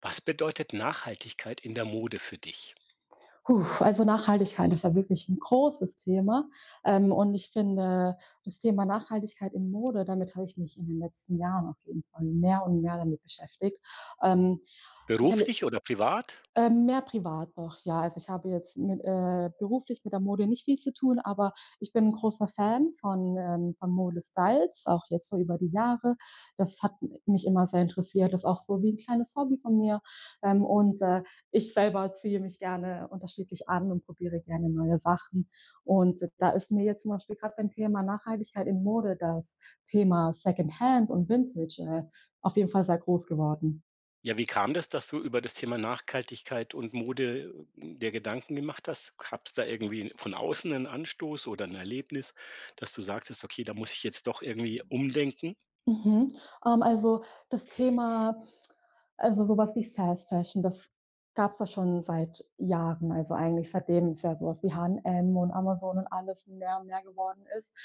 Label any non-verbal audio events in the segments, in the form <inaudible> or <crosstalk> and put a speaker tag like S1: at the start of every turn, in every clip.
S1: Was bedeutet Nachhaltigkeit in der Mode für dich?
S2: Puh, also Nachhaltigkeit ist ja wirklich ein großes Thema. Und ich finde, das Thema Nachhaltigkeit in Mode, damit habe ich mich in den letzten Jahren auf jeden Fall mehr und mehr damit beschäftigt. Ähm, sicherlich,
S1: Beruflich oder privat?
S2: mehr privat doch, ja. Also, ich habe jetzt mit beruflich mit der Mode nicht viel zu tun, aber ich bin 'n großer Fan von Modestyles, auch jetzt so über die Jahre. Das hat m mich immer sehr interessiert. Das ist auch so wie 'n kleines Hobby von mir. Ähm, und, äh, ich selber ziehe mich gerne unterschiedlich an und probiere gerne neue Sachen. Und da ist mir jetzt zum Beispiel grad beim Thema Nachhaltigkeit in Mode das Thema Secondhand und Vintage auf jeden Fall sehr groß geworden.
S1: Ja, wie kam das, dass du über das Thema Nachhaltigkeit und Mode dir Gedanken gemacht hast? Gab's da irgendwie von außen einen Anstoß oder ein Erlebnis, dass du sagtest, okay, da muss ich jetzt doch irgendwie umdenken?
S2: Mhm. Also das Thema Also sowas wie Fast Fashion, das gab's da schon seit Jahren. Also eigentlich seitdem es ja sowas wie H&M und M und Amazon und alles mehr und mehr geworden ist.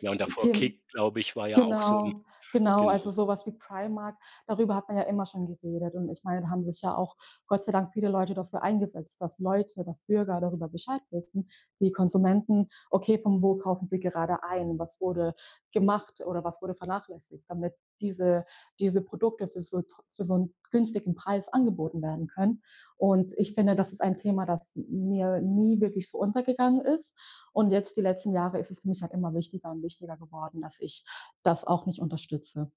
S1: Ja, und davor
S2: Thema
S1: Kick, glaube ich, war ja auch so 'n
S2: Genau, genau,
S1: genau.
S2: also sowas wie Primark, darüber hat man ja immer schon geredet. Und ich meine, da haben sich ja auch Gott sei Dank viele Leute dafür eingesetzt, dass Leute, dass Bürger darüber Bescheid wissen, die Konsumenten, okay, von wo kaufen sie gerade ein, was wurde gemacht oder was wurde vernachlässigt, damit diese diese Produkte für so einen günstigen Preis angeboten werden können. Und ich finde, das ist ein Thema, das mir nie wirklich so untergegangen ist. Und jetzt die letzten Jahre ist es für mich halt immer wichtiger und wichtiger geworden, dass ich das auch nicht unterstütze.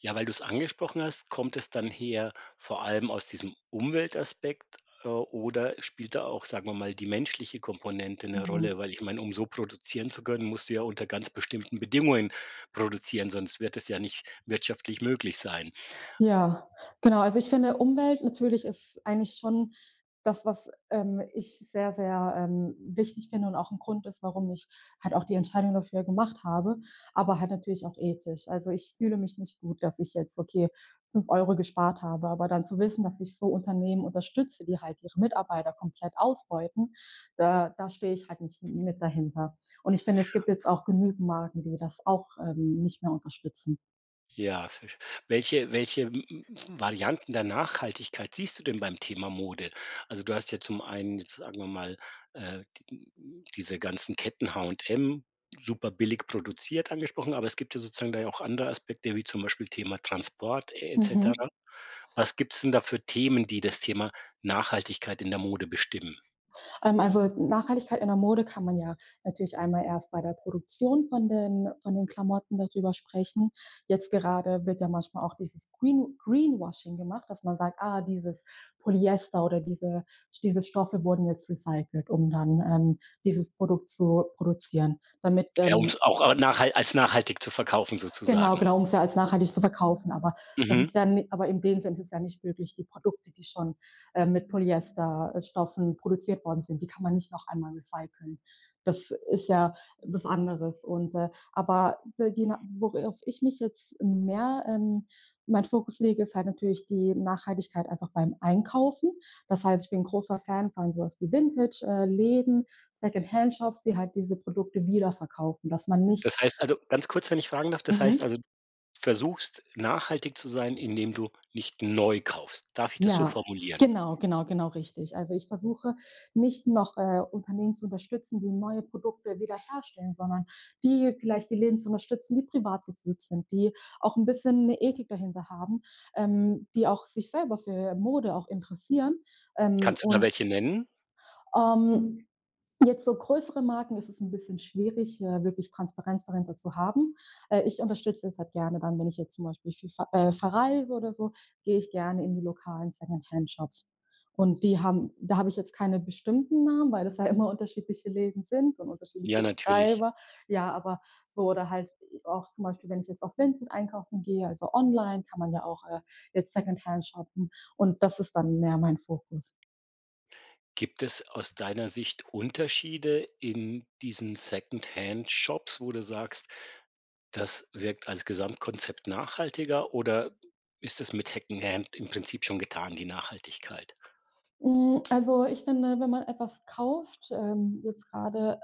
S1: Ja, weil du es angesprochen hast, kommt es dann her vor allem aus diesem Umweltaspekt, oder spielt da auch, sagen wir mal, die menschliche Komponente eine
S2: Mhm.
S1: Rolle? Weil ich meine, um so produzieren zu können, musst du ja unter ganz bestimmten Bedingungen produzieren, sonst wird es ja nicht wirtschaftlich möglich sein.
S2: Ja, genau. Also ich finde, Umwelt natürlich ist eigentlich schon das, was ich sehr, sehr wichtig finde und auch ein Grund ist, warum ich halt auch die Entscheidung dafür gemacht habe, aber halt natürlich auch ethisch. Also ich fühle mich nicht gut, dass ich jetzt, okay, fünf Euro gespart habe, aber dann zu wissen, dass ich so Unternehmen unterstütze, die halt ihre Mitarbeiter komplett ausbeuten, da stehe ich halt nicht mit dahinter. Und ich finde, es gibt jetzt auch genügend Marken, die das auch nicht mehr unterstützen.
S1: Ja, versch welche m m Varianten der Nachhaltigkeit siehst du denn beim Thema Mode? Also, du hast ja zum einen jetzt, sagen wir mal, äh, die diese ganzen Ketten H H&M, super billig produziert, angesprochen, aber es gibt ja sozusagen da ja auch andere Aspekte, wie zum Beispiel Thema Transport e et cetera.
S2: Mhm.
S1: Was gibt's denn da für Themen, die das Thema Nachhaltigkeit in der Mode bestimmen?
S2: Also, Nachhaltigkeit in der Mode kann man ja natürlich einmal erst bei der Produktion von den Klamotten darüber sprechen. Jetzt gerade wird ja manchmal auch dieses Greenwashing gemacht, dass man sagt: „Ah, dieses Polyester oder diese Stoffe wurden jetzt recycelt, um dann, dieses Produkt zu produzieren“, damit,
S1: Ja, um's auch a nachhal als nachhaltig zu verkaufen
S2: Genau,
S1: sozusagen.
S2: genau, um es ja als nachhaltig zu verkaufen. Aber das
S1: Mhm.
S2: ist ja ni aber in dem Sinn ist es ja nicht möglich. Die Produkte, die schon, mit Polyesterstoffen produziert worden sind, die kann man nicht noch einmal recyceln. Das ist ja was anderes. Und, aber d die na Worauf ich mich jetzt mehr, meinen Fokus lege, ist halt natürlich die Nachhaltigkeit einfach beim Einkaufen. Das heißt, ich bin ein großer Fan von so was wie Vintage, Läden, hand shops, die halt diese Produkte wiederverkaufen, dass man nicht
S1: Das heißt also, ganz kurz, wenn ich fragen darf, das
S2: mhm.
S1: heißt also, versuchst, nachhaltig zu sein, indem du nicht neu kaufst. Darf ich das so
S2: Ja,
S1: formulieren?
S2: genau, richtig. Also, ich versuche nicht noch, Unternehmen zu unterstützen, die neue Produkte wiederherstellen, sondern die vielleicht die Läden zu unterstützen, die privat geführt sind, die auch ein bisschen eine Ethik dahinter haben, die auch sich selber für Mode auch interessieren. Ähm,
S1: Kannst du da
S2: und,
S1: welche nennen?
S2: ähm, Jetzt so größere Marken ist es ein bisschen schwierig, wirklich Transparenz dahinter zu haben. Ich unterstütze das halt gerne dann, wenn ich jetzt zum Beispiel viel verreise oder so, gehe ich gerne in die lokalen Second-Hand-Shops. Und die haben, da habe ich jetzt keine bestimmten Namen, weil das ja immer unterschiedliche Läden sind und unterschiedliche
S1: Ja, natürlich.
S2: Betreiber. Ja, aber so oder halt auch zum Beispiel, wenn ich jetzt auf Vinted einkaufen gehe, also online, kann man ja auch jetzt Secondhand shoppen. Und das ist dann mehr mein Fokus.
S1: Gibt es aus deiner Sicht Unterschiede in diesen Second Hand Shops, wo du sagst, das wirkt als Gesamtkonzept nachhaltiger, oder ist es mit Second-Hand im Prinzip schon getan, die Nachhaltigkeit?
S2: Hm, also, ich finde, wenn man etwas kauft, jetzt gerade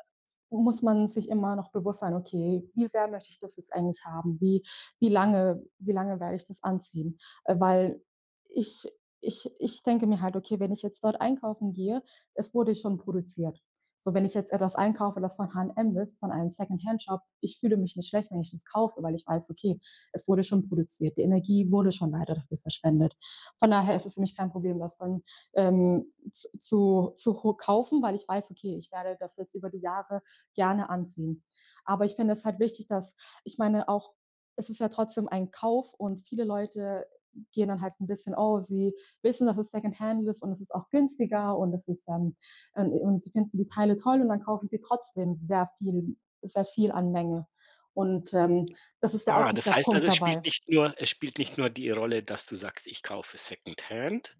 S2: muss man sich immer noch bewusst sein: „Okay, wie sehr möchte ich das jetzt eigentlich haben? Wie lange werde ich das anziehen?“ Weil ich ich denke mir halt: „Okay, wenn ich jetzt dort einkaufen gehe, es wurde schon produziert.“ So, wenn ich jetzt etwas einkaufe, das von H&M ist, von einem Second-Hand-Shop, ich fühle mich nicht schlecht, wenn ich das kaufe, weil ich weiß: „Okay, es wurde schon produziert. Die Energie wurde schon leider dafür verschwendet.“ Von daher ist es für mich kein Problem, das dann ähm, zu kaufen, weil ich weiß, okay, ich werde das jetzt über die Jahre gerne anziehen. Aber ich finde es halt wichtig, dass, ich meine, auch, es ist ja trotzdem ein Kauf und viele Leute gehen dann halt ein bisschen, oh, sie wissen, dass es Secondhand ist und es ist auch günstiger und es ist und sie finden die Teile toll und dann kaufen sie trotzdem sehr viel an Menge. Und ähm, Das ist ja auch
S1: Ah,
S2: nicht
S1: das
S2: der
S1: heißt
S2: Punkt
S1: also, es spielt
S2: dabei.
S1: nicht nur es spielt nicht nur die Rolle, dass du sagst: „Ich kaufe Second-Hand,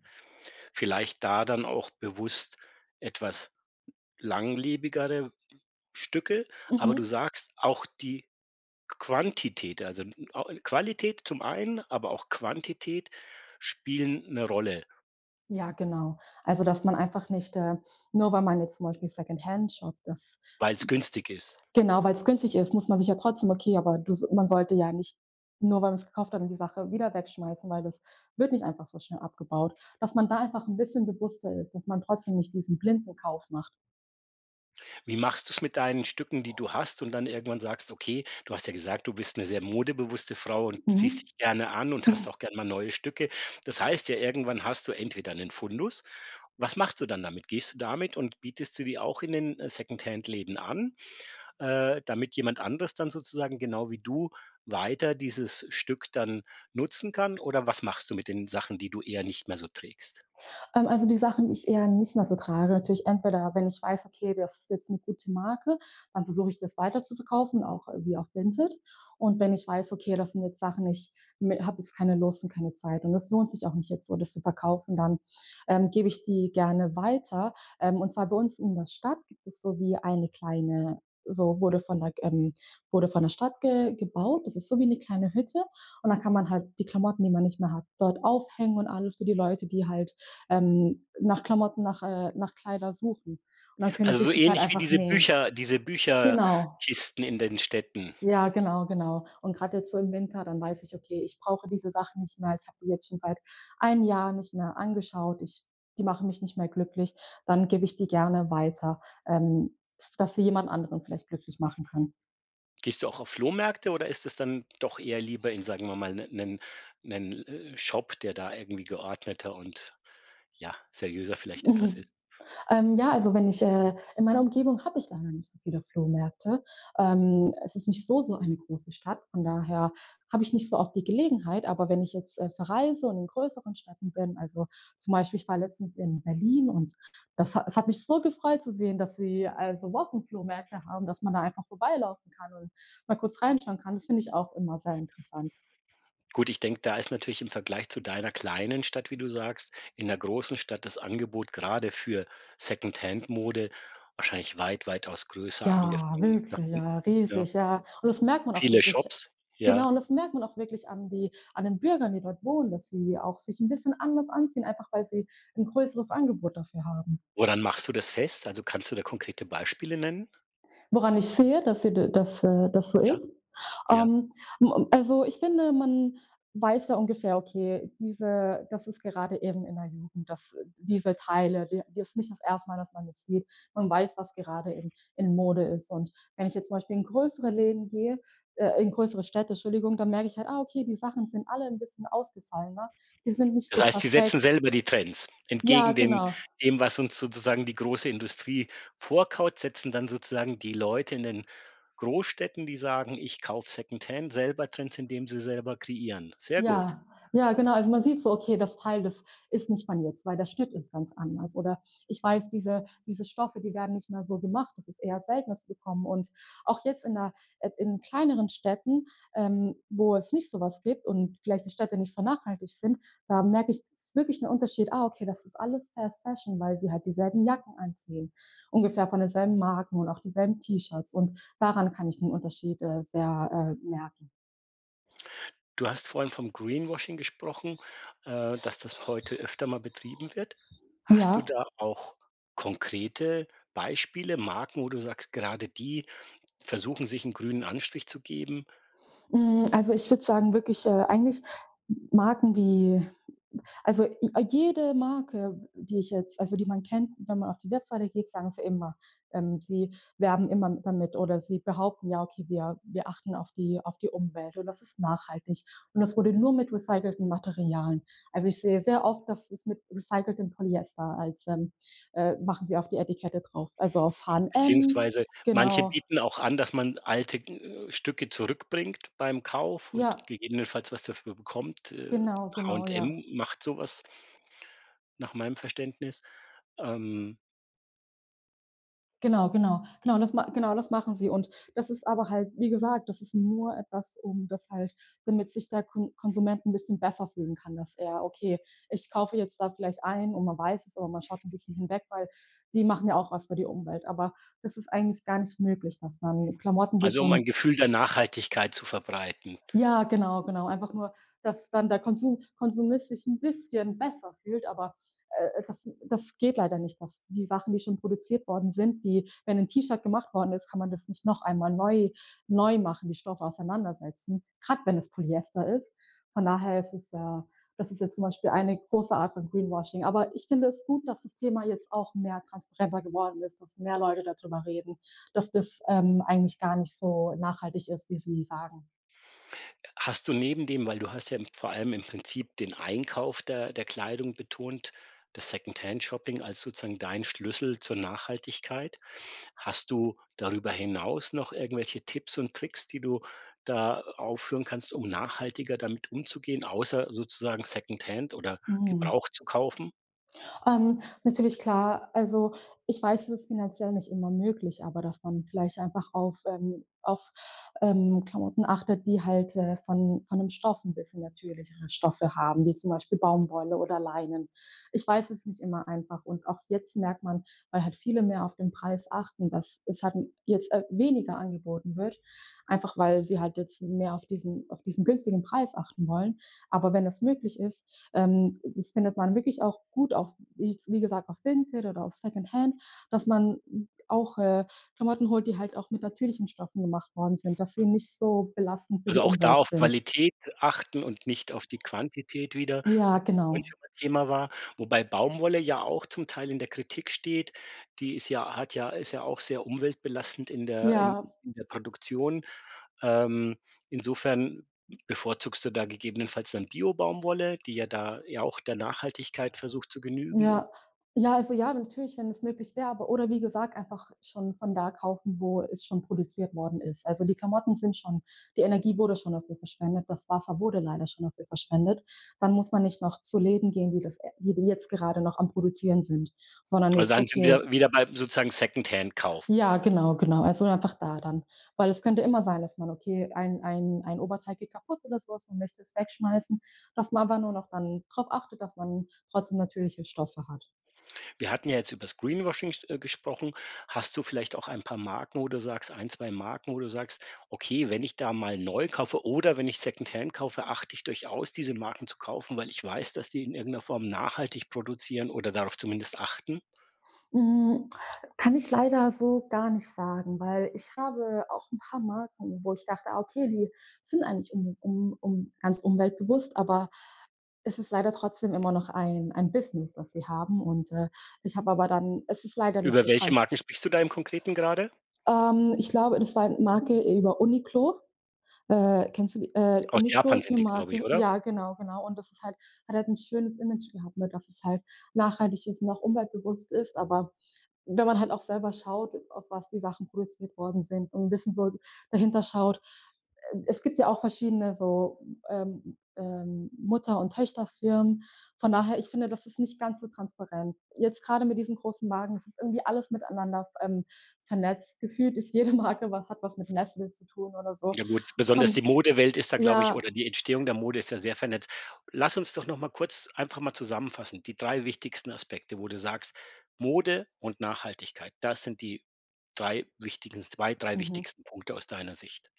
S1: vielleicht da dann auch bewusst etwas langlebigere Stücke", aber du
S2: Mhm.
S1: sagst auch, die Quantität, also n- au Qualität zum einen, aber auch Quantität spielen eine Rolle,
S2: Ja, genau. Also, dass man einfach nicht, nur weil man jetzt zum Beispiel Secondhand shoppt, das
S1: weil es günstig ist.
S2: genau, weil's günstig ist, muss man sich ja trotzdem okay, aber du s man sollte ja nicht, nur weil man's gekauft hat, dann die Sache wieder wegschmeißen, weil das wird nicht einfach so schnell abgebaut. Dass man da einfach 'n bisschen bewusster ist, dass man trotzdem nicht diesen blinden Kauf macht.
S1: Wie machst du es mit deinen Stücken, die du hast und dann irgendwann sagst: „Okay"? Du hast ja gesagt, du bist eine sehr modebewusste Frau und ziehst
S2: Mhm.
S1: dich gerne an und hast auch gerne mal neue Stücke. Das heißt ja, irgendwann hast du entweder einen Fundus. Was machst du dann damit? Gehst du damit und bietest du die auch in den, Läden an? Damit jemand anderes dann sozusagen genau wie du weiter dieses Stück dann nutzen kann? Oder was machst du mit den Sachen, die du eher nicht mehr so trägst?
S2: Also die Sachen, die ich eher nicht mehr so trage, natürlich entweder, wenn ich weiß, okay, das ist jetzt eine gute Marke, dann versuche ich das weiter zu verkaufen, auch wie auf Vinted. Und wenn ich weiß, okay, das sind jetzt Sachen, ich habe jetzt keine Lust und keine Zeit und das lohnt sich auch nicht jetzt so, das zu verkaufen, dann gebe ich die gerne weiter. Und zwar bei uns in der Stadt gibt es so wie eine kleine, so wurde von der, ähm, wurde von der Stadt ge gebaut. Das ist so wie eine kleine Hütte. Und dann kann man halt die Klamotten, die man nicht mehr hat, dort aufhängen und alles für die Leute, die halt nach Klamotten, nach, nach Kleider suchen. Und dann können die
S1: Also so
S2: sich das halt
S1: ähnlich wie
S2: einfach nehmen.
S1: Diese
S2: Genau.
S1: Bücherkisten in den Städten.
S2: Ja, genau, genau. Und gerade jetzt so im Winter, dann weiß ich, okay, ich brauche diese Sachen nicht mehr. Ich habe die jetzt schon seit einem Jahr nicht mehr angeschaut. Die machen mich nicht mehr glücklich. Dann gebe ich die gerne weiter, ähm, dass sie jemand anderen vielleicht glücklich machen können.
S1: Gehst du auch auf Flohmärkte oder ist es dann doch eher lieber in, sagen wir mal, einen 'nen Shop, der da irgendwie geordneter und, ja, seriöser vielleicht etwas
S2: <laughs>
S1: ist?
S2: Ja, also wenn ich in meiner Umgebung habe ich leider nicht so viele Flohmärkte. Es ist nicht so eine große Stadt, von daher habe ich nicht so oft die Gelegenheit. Aber wenn ich jetzt verreise und in größeren Städten bin, also zum Beispiel ich war letztens in Berlin und es hat mich so gefreut zu sehen, dass sie also Wochenflohmärkte haben, dass man da einfach vorbeilaufen kann und mal kurz reinschauen kann. Das finde ich auch immer sehr interessant.
S1: Gut, ich denke, da ist natürlich im Vergleich zu deiner kleinen Stadt, wie du sagst, in der großen Stadt das Angebot gerade für Secondhand-Mode wahrscheinlich weitaus größer,
S2: Ja,
S1: angefangen
S2: wirklich,
S1: davon,
S2: ja,
S1: ja,
S2: riesig, ja. Und das merkt man auch
S1: viele
S2: wirklich
S1: Shops,
S2: Genau,
S1: ja.
S2: und das merkt man auch wirklich an die an den Bürgern, die dort wohnen, dass sie auch sich ein bisschen anders anziehen, einfach weil sie ein größeres Angebot dafür haben.
S1: Woran machst du das fest? Also, kannst du da konkrete Beispiele nennen?
S2: Woran ich sehe, dass, sie, dass das so
S1: Ja,
S2: ist.
S1: ja.
S2: Ähm, also ich finde, man weiß ja ungefähr, okay, diese, das ist gerade eben in der Jugend, dass diese Teile, die ist nicht das erste Mal, dass man das sieht. Man weiß, was gerade in Mode ist. Und wenn ich jetzt zum Beispiel in größere Läden gehe, in größere Städte, Entschuldigung, dann merke ich halt, ah, okay, die Sachen sind alle ein bisschen ausgefallener. Die sind nicht so
S1: Das heißt, sie setzen
S2: perfekt.
S1: selber die Trends.
S2: Ja,
S1: Entgegen dem
S2: genau.
S1: dem, was uns sozusagen die große Industrie vorkaut, setzen dann sozusagen die Leute in den Großstädten, die sagen: „Ich kaufe Secondhand", selber Trends, indem sie selber kreieren. Sehr gut.
S2: Ja, ja, genau. Also man sieht so, okay, das Teil, das ist nicht von jetzt, weil der Schnitt ist ganz anders. Oder ich weiß, diese Stoffe, die werden nicht mehr so gemacht. Das ist eher seltener zu bekommen. Und auch jetzt in kleineren Städten, wo es nicht sowas gibt und vielleicht die Städte nicht so nachhaltig sind, da merke ich wirklich einen Unterschied. Ah, okay, das ist alles Fast Fashion, weil sie halt dieselben Jacken anziehen. Ungefähr von denselben Marken und auch dieselben T-Shirts. Und daran kann ich den Unterschied sehr merken.
S1: Du hast vorhin vom Greenwashing gesprochen, dass das heute öfter mal betrieben wird. Hast du
S2: Ja.
S1: da auch konkrete Beispiele, Marken, wo du sagst, gerade die versuchen, sich einen grünen Anstrich zu geben?
S2: Mm, also ich würde sagen, wirklich eigentlich Marken wie, also jede Marke, die ich jetzt, also die man kennt, wenn man auf die Webseite geht, sagen sie immer, sie werben immer damit oder sie behaupten, ja, okay, wir achten auf die Umwelt und das ist nachhaltig und das wurde nur mit recycelten Materialien. Also ich sehe sehr oft, dass es mit recyceltem Polyester als, machen sie auf die Etikette drauf, also auf H&M,
S1: Beziehungsweise manche
S2: genau,
S1: bieten auch an, dass man alte, Stücke zurückbringt beim Kauf und
S2: ja,
S1: gegebenenfalls was dafür bekommt.
S2: genau, genau, ja.
S1: H&M macht sowas nach meinem Verständnis. Ähm,
S2: Genau, genau. Genau, das ma genau, das machen sie. Und das ist aber halt, wie gesagt, das ist nur etwas, um das halt, damit sich der Konsument ein bisschen besser fühlen kann, dass er: „Okay, ich kaufe jetzt da vielleicht ein“, und man weiß es, aber man schaut ein bisschen hinweg, weil die machen ja auch was für die Umwelt. Aber das ist eigentlich gar nicht möglich, dass man Klamotten, die
S1: also, um
S2: schon
S1: ein Gefühl der Nachhaltigkeit zu verbreiten.
S2: ja, genau, genau. Einfach nur, dass dann der Konsumist sich ein bisschen besser fühlt, aber das geht leider nicht, dass die Sachen, die schon produziert worden sind, die, wenn ein T-Shirt gemacht worden ist, kann man das nicht noch einmal neu machen, die Stoffe auseinandersetzen, gerade wenn es Polyester ist. Von daher ist es, das ist jetzt zum Beispiel eine große Art von Greenwashing. Aber ich finde es gut, dass das Thema jetzt auch mehr transparenter geworden ist, dass mehr Leute darüber reden, dass das eigentlich gar nicht so nachhaltig ist, wie sie sagen.
S1: Hast du neben dem, weil du hast ja im vor allem im Prinzip den Einkauf der Kleidung betont, das Secondhand-Shopping als sozusagen dein Schlüssel zur Nachhaltigkeit. Hast du darüber hinaus noch irgendwelche Tipps und Tricks, die du da aufführen kannst, um nachhaltiger damit umzugehen, außer sozusagen Secondhand oder
S2: Mhm.
S1: gebraucht zu kaufen?
S2: Ist natürlich klar, also ich weiß, es ist finanziell nicht immer möglich, aber dass man vielleicht einfach auf Klamotten achtet, die halt von einem Stoff, ein bisschen natürlichere Stoffe haben, wie zum Beispiel Baumwolle oder Leinen. Ich weiß, es ist nicht immer einfach. Und auch jetzt merkt man, weil halt viele mehr auf den Preis achten, dass es halt jetzt weniger angeboten wird, einfach weil sie halt jetzt mehr auf diesen günstigen Preis achten wollen. Aber wenn das möglich ist, das findet man wirklich auch gut auf, wie gesagt, auf Vinted oder auf Secondhand, dass man auch Klamotten holt, die halt auch mit natürlichen Stoffen gemacht worden sind, dass sie nicht so belastend für die
S1: Also, auch da
S2: Umwelt
S1: auf
S2: sind.
S1: Qualität achten und nicht auf die Quantität, wieder.
S2: Ja,
S1: Vorhin
S2: genau.
S1: schon mal Thema war, wobei Baumwolle ja auch zum Teil in der Kritik steht. Die ist ja, hat ja, ist ja auch sehr umweltbelastend in der, in
S2: Ja,
S1: in der Produktion. Ähm, Insofern bevorzugst du da gegebenenfalls dann Bio-Baumwolle, die ja da ja auch der Nachhaltigkeit versucht zu genügen, und
S2: ja. Ja, also ja, natürlich, wenn es möglich wäre, aber, oder wie gesagt, einfach schon von da kaufen, wo es schon produziert worden ist. Also, die Klamotten sind schon, die Energie wurde schon dafür verschwendet, das Wasser wurde leider schon dafür verschwendet. Dann muss man nicht noch zu Läden gehen, die das, die jetzt gerade noch am Produzieren sind, sondern
S1: also
S2: jetzt,
S1: dann sind
S2: okay,
S1: wir wieder bei sozusagen Secondhand-Kauf.
S2: ja, genau, genau, also einfach da dann. Weil es könnte immer sein, dass man, okay, ein Oberteil geht kaputt oder sowas, was man möchte es wegschmeißen, dass man aber nur noch dann darauf achtet, dass man trotzdem natürliche Stoffe hat.
S1: Wir hatten ja jetzt über das Greenwashing gesprochen. Hast du vielleicht auch ein paar Marken, wo du sagst, ein 2 Marken, wo du sagst: „Okay, wenn ich da mal neu kaufe oder wenn ich Secondhand kaufe, achte ich durchaus, diese Marken zu kaufen, weil ich weiß, dass die in irgendeiner Form nachhaltig produzieren oder darauf zumindest achten."
S2: Hm, kann ich leider so gar nicht sagen, weil ich habe auch ein paar Marken, wo ich dachte: „Ah, okay, die sind eigentlich um um um ganz umweltbewusst“, aber es ist leider trotzdem immer noch ein Business, das sie haben, und ich habe aber dann, es ist leider nicht
S1: Über
S2: so
S1: welche
S2: trans
S1: Marken sprichst du da im Konkreten gerade?
S2: ich glaube, das war eine Marke, über Uniqlo. Kennst du die,
S1: Aus
S2: Uniqlo
S1: Japan
S2: ist 'ne
S1: sind die, glaube ich,
S2: Marke?
S1: oder?
S2: Ja, genau, genau. Und das ist halt, hat halt ein schönes Image gehabt, ne, dass es halt nachhaltig ist und auch umweltbewusst ist, aber wenn man halt auch selber schaut, aus was die Sachen produziert worden sind, und ein bisschen so dahinter schaut, es gibt ja auch verschiedene so, Mutter- und Töchterfirmen. Von daher, ich finde, das ist nicht ganz so transparent. Jetzt gerade mit diesen großen Marken, das ist irgendwie alles miteinander vernetzt. Gefühlt ist jede <laughs> Marke, was, hat was mit Nestle zu tun oder so.
S1: Ja gut, besonders
S2: Von
S1: die Modewelt ist da, glaube ich,
S2: ja,
S1: oder die Entstehung der Mode ist ja sehr vernetzt. Lass uns doch noch mal kurz einfach mal zusammenfassen, die 3 wichtigsten Aspekte, wo du sagst: „Mode und Nachhaltigkeit". Das sind die 3 wichtigen, 2 drei
S2: mhm.
S1: wichtigsten Punkte aus deiner Sicht.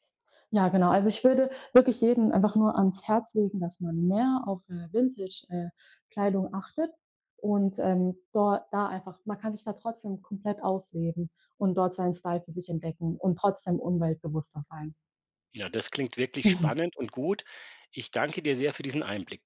S2: Ja, genau. Also, ich würde wirklich jeden einfach nur ans Herz legen, dass man mehr auf Vintage Kleidung achtet und dor da einfach, man kann sich da trotzdem komplett ausleben und dort seinen Style für sich entdecken und trotzdem umweltbewusster sein.
S1: Ja, das klingt wirklich
S2: <laughs>
S1: spannend und gut. Ich danke dir sehr für diesen Einblick.